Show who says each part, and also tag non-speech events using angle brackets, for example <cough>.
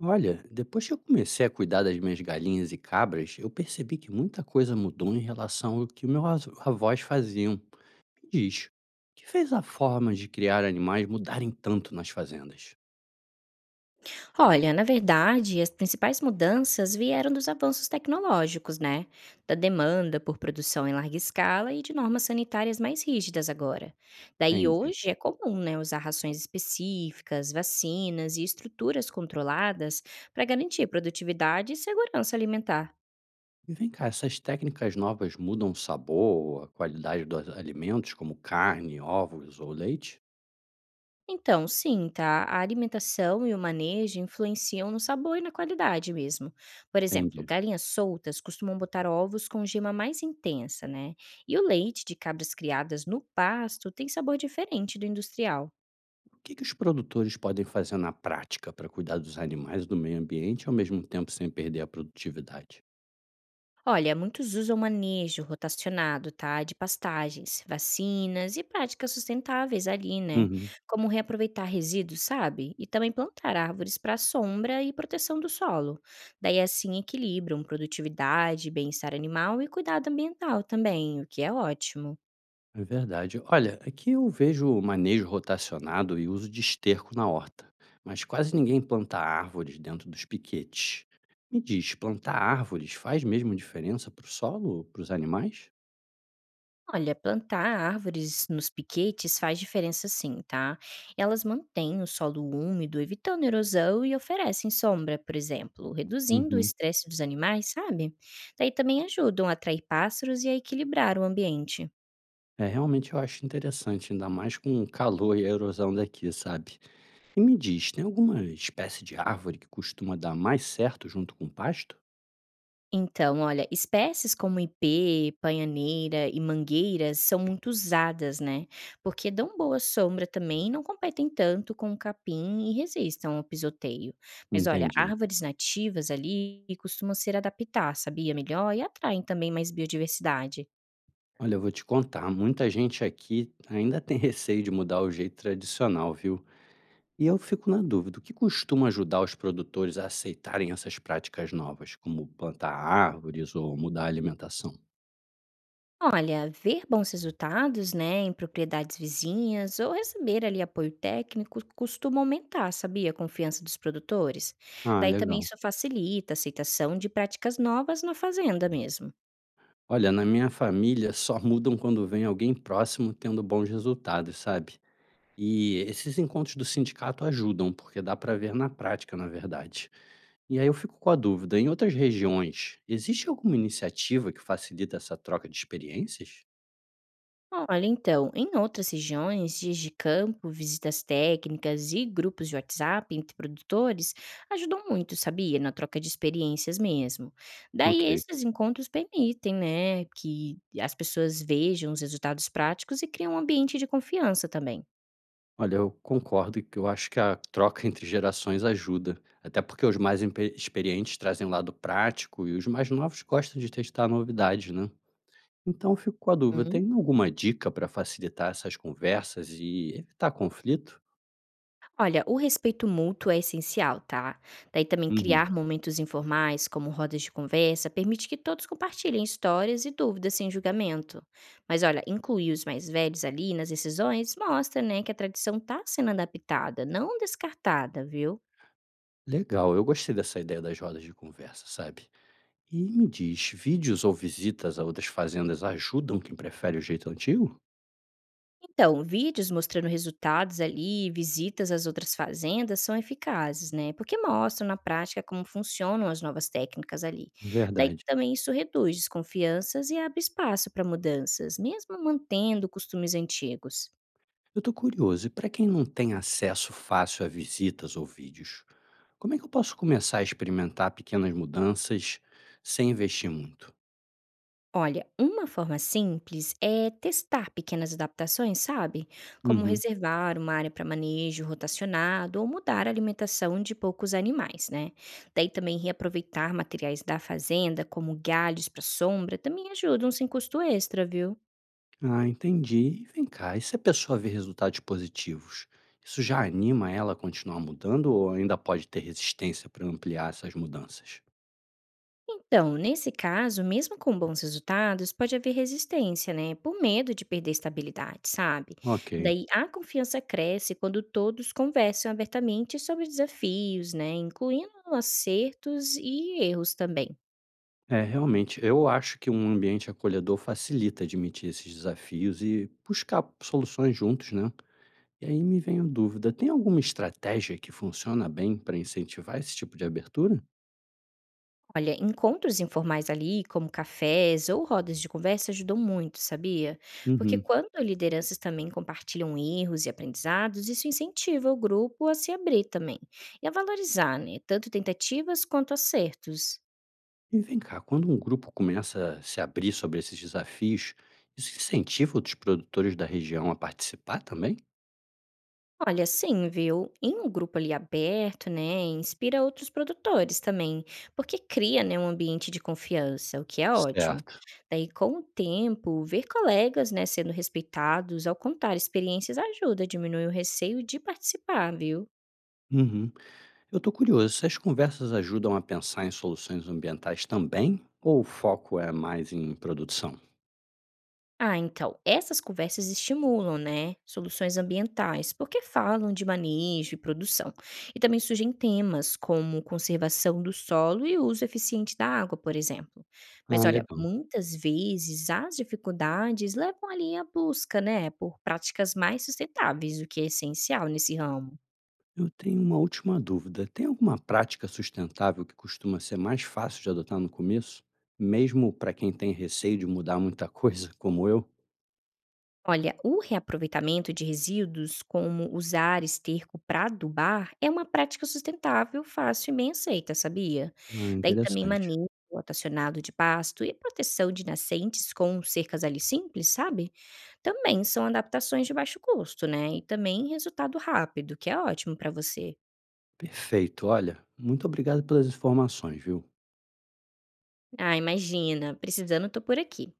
Speaker 1: Olha, depois que eu comecei a cuidar das minhas galinhas e cabras, eu percebi que muita coisa mudou em relação ao que meus avós faziam. Diz, o que fez a forma de criar animais mudarem tanto nas fazendas?
Speaker 2: Olha, na verdade, as principais mudanças vieram dos avanços tecnológicos, né? Da demanda por produção em larga escala e de normas sanitárias mais rígidas agora. Daí
Speaker 1: Entende?
Speaker 2: hoje é comum, né, usar rações específicas, vacinas e estruturas controladas para garantir produtividade e segurança alimentar.
Speaker 1: E vem cá, essas técnicas novas mudam o sabor, a qualidade dos alimentos, como carne, ovos ou leite?
Speaker 2: Então, sim, tá? A alimentação e o manejo influenciam no sabor e na qualidade mesmo. Por
Speaker 1: Entende?
Speaker 2: exemplo, galinhas soltas costumam botar ovos com gema mais intensa, né? E o leite de cabras criadas no pasto tem sabor diferente do industrial.
Speaker 1: O que, que os produtores podem fazer na prática para cuidar dos animais e do meio ambiente ao mesmo tempo sem perder a produtividade?
Speaker 2: Olha, muitos usam manejo rotacionado, tá? De pastagens, vacinas e práticas sustentáveis ali, né?
Speaker 1: Uhum.
Speaker 2: Como reaproveitar resíduos, sabe? E também plantar árvores para sombra e proteção do solo. Daí assim equilibram produtividade, bem-estar animal e cuidado ambiental também, o que é ótimo.
Speaker 1: É verdade. Olha, aqui eu vejo manejo rotacionado e uso de esterco na horta, mas quase ninguém planta árvores dentro dos piquetes. Me diz, plantar árvores faz mesmo diferença para o solo, para os animais?
Speaker 2: Olha, plantar árvores nos piquetes faz diferença sim, tá? Elas mantêm o solo úmido, evitando erosão e oferecem sombra, por exemplo, reduzindo o
Speaker 1: Uhum.
Speaker 2: estresse dos animais, sabe? Daí também ajudam a atrair pássaros e a equilibrar o ambiente.
Speaker 1: É, realmente eu acho interessante, ainda mais com o calor e a erosão daqui, sabe? E me diz, tem alguma espécie de árvore que costuma dar mais certo junto com o pasto?
Speaker 2: Então, olha, espécies como ipê, panhaneira e mangueiras são muito usadas, né? Porque dão boa sombra também e não competem tanto com o capim e resistem ao pisoteio. Mas olha,
Speaker 1: Entendi.
Speaker 2: árvores nativas ali costumam ser adaptar, sabia? Melhor e atraem também mais biodiversidade.
Speaker 1: Olha, eu vou te contar, muita gente aqui ainda tem receio de mudar o jeito tradicional, viu? E eu fico na dúvida, o que costuma ajudar os produtores a aceitarem essas práticas novas, como plantar árvores ou mudar a alimentação?
Speaker 2: Olha, ver bons resultados, né, em propriedades vizinhas ou receber ali apoio técnico costuma aumentar, sabia, a confiança dos produtores.
Speaker 1: Ah,
Speaker 2: Daí também
Speaker 1: legal.
Speaker 2: isso facilita a aceitação de práticas novas na fazenda mesmo.
Speaker 1: Olha, na minha família só mudam quando vem alguém próximo tendo bons resultados, sabe? E esses encontros do sindicato ajudam, porque dá para ver na prática, na verdade. E aí eu fico com a dúvida, em outras regiões, existe alguma iniciativa que facilita essa troca de experiências?
Speaker 2: Olha, então, em outras regiões, dias de campo, visitas técnicas e grupos de WhatsApp entre produtores ajudam muito, sabia? Na troca de experiências mesmo.
Speaker 1: Ok.
Speaker 2: Daí, esses encontros permitem, né, que as pessoas vejam os resultados práticos e criam um ambiente de confiança também.
Speaker 1: Olha, eu concordo que eu acho que a troca entre gerações ajuda, até porque os mais empe experientes trazem o lado prático e os mais novos gostam de testar novidades, né. Então eu fico com a dúvida, tem alguma dica para facilitar essas conversas e evitar conflito?
Speaker 2: Olha, o respeito mútuo é essencial, tá? Daí também
Speaker 1: Uhum.
Speaker 2: criar momentos informais, como rodas de conversa, permite que todos compartilhem histórias e dúvidas sem julgamento. Mas olha, incluir os mais velhos ali nas decisões mostra, né, que a tradição está sendo adaptada, não descartada, viu?
Speaker 1: Legal, eu gostei dessa ideia das rodas de conversa, sabe. E me diz, vídeos ou visitas a outras fazendas ajudam quem prefere o jeito antigo?
Speaker 2: Então, vídeos mostrando resultados ali, visitas às outras fazendas são eficazes, né? Porque mostram na prática como funcionam as novas técnicas ali. Daí
Speaker 1: Verdade.
Speaker 2: também isso reduz desconfianças e abre espaço para mudanças, mesmo mantendo costumes antigos.
Speaker 1: Eu tô curioso, e para quem não tem acesso fácil a visitas ou vídeos? Como é que eu posso começar a experimentar pequenas mudanças sem investir muito?
Speaker 2: Olha, uma forma simples é testar pequenas adaptações, sabe? Como
Speaker 1: Uhum.
Speaker 2: reservar uma área para manejo rotacionado ou mudar a alimentação de poucos animais, né? Daí também reaproveitar materiais da fazenda, como galhos para sombra, também ajudam sem custo extra, viu?
Speaker 1: Ah, entendi. E vem cá, e se a pessoa vê resultados positivos, isso já anima ela a continuar mudando ou ainda pode ter resistência para ampliar essas mudanças?
Speaker 2: Então, nesse caso, mesmo com bons resultados, pode haver resistência, né? Por medo de perder estabilidade, sabe?
Speaker 1: Ok.
Speaker 2: Daí a confiança cresce quando todos conversam abertamente sobre desafios, né? Incluindo acertos e erros também.
Speaker 1: É, realmente, eu acho que um ambiente acolhedor facilita admitir esses desafios e buscar soluções juntos, né? E aí me vem a dúvida: tem alguma estratégia que funciona bem para incentivar esse tipo de abertura?
Speaker 2: Olha, encontros informais ali, como cafés ou rodas de conversa, ajudam muito, sabia? Porque
Speaker 1: Uhum.
Speaker 2: quando lideranças também compartilham erros e aprendizados, isso incentiva o grupo a se abrir também e a valorizar, né, tanto tentativas quanto acertos.
Speaker 1: E vem cá, quando um grupo começa a se abrir sobre esses desafios, isso incentiva outros produtores da região a participar também?
Speaker 2: Olha, sim, viu? Em um grupo ali aberto, né, inspira outros produtores também, porque cria, né, um ambiente de confiança, o que é ótimo.
Speaker 1: Certo.
Speaker 2: Daí, com o tempo, ver colegas, né, sendo respeitados ao contar experiências ajuda a diminuir o receio de participar, viu?
Speaker 1: Uhum. Eu estou curioso, essas conversas ajudam a pensar em soluções ambientais também? Ou o foco é mais em produção?
Speaker 2: Ah, então, essas conversas estimulam, né, soluções ambientais, porque falam de manejo e produção. E também surgem temas como conservação do solo e uso eficiente da água, por exemplo. Mas
Speaker 1: Ah,
Speaker 2: olha,
Speaker 1: legal.
Speaker 2: muitas vezes as dificuldades levam ali à busca, né, por práticas mais sustentáveis, o que é essencial nesse ramo.
Speaker 1: Eu tenho uma última dúvida. Tem alguma prática sustentável que costuma ser mais fácil de adotar no começo? Mesmo para quem tem receio de mudar muita <laughs> coisa, como eu?
Speaker 2: Olha, o reaproveitamento de resíduos, como usar esterco para adubar, é uma prática sustentável, fácil e bem aceita, sabia?
Speaker 1: Ah,
Speaker 2: Daí também
Speaker 1: interessante.
Speaker 2: manejo rotacionado de pasto e proteção de nascentes com cercas ali simples, sabe? Também são adaptações de baixo custo, né? E também resultado rápido, que é ótimo para você.
Speaker 1: Perfeito. Olha, muito obrigado pelas informações, viu?
Speaker 2: Ah, imagina, precisando, tô por aqui.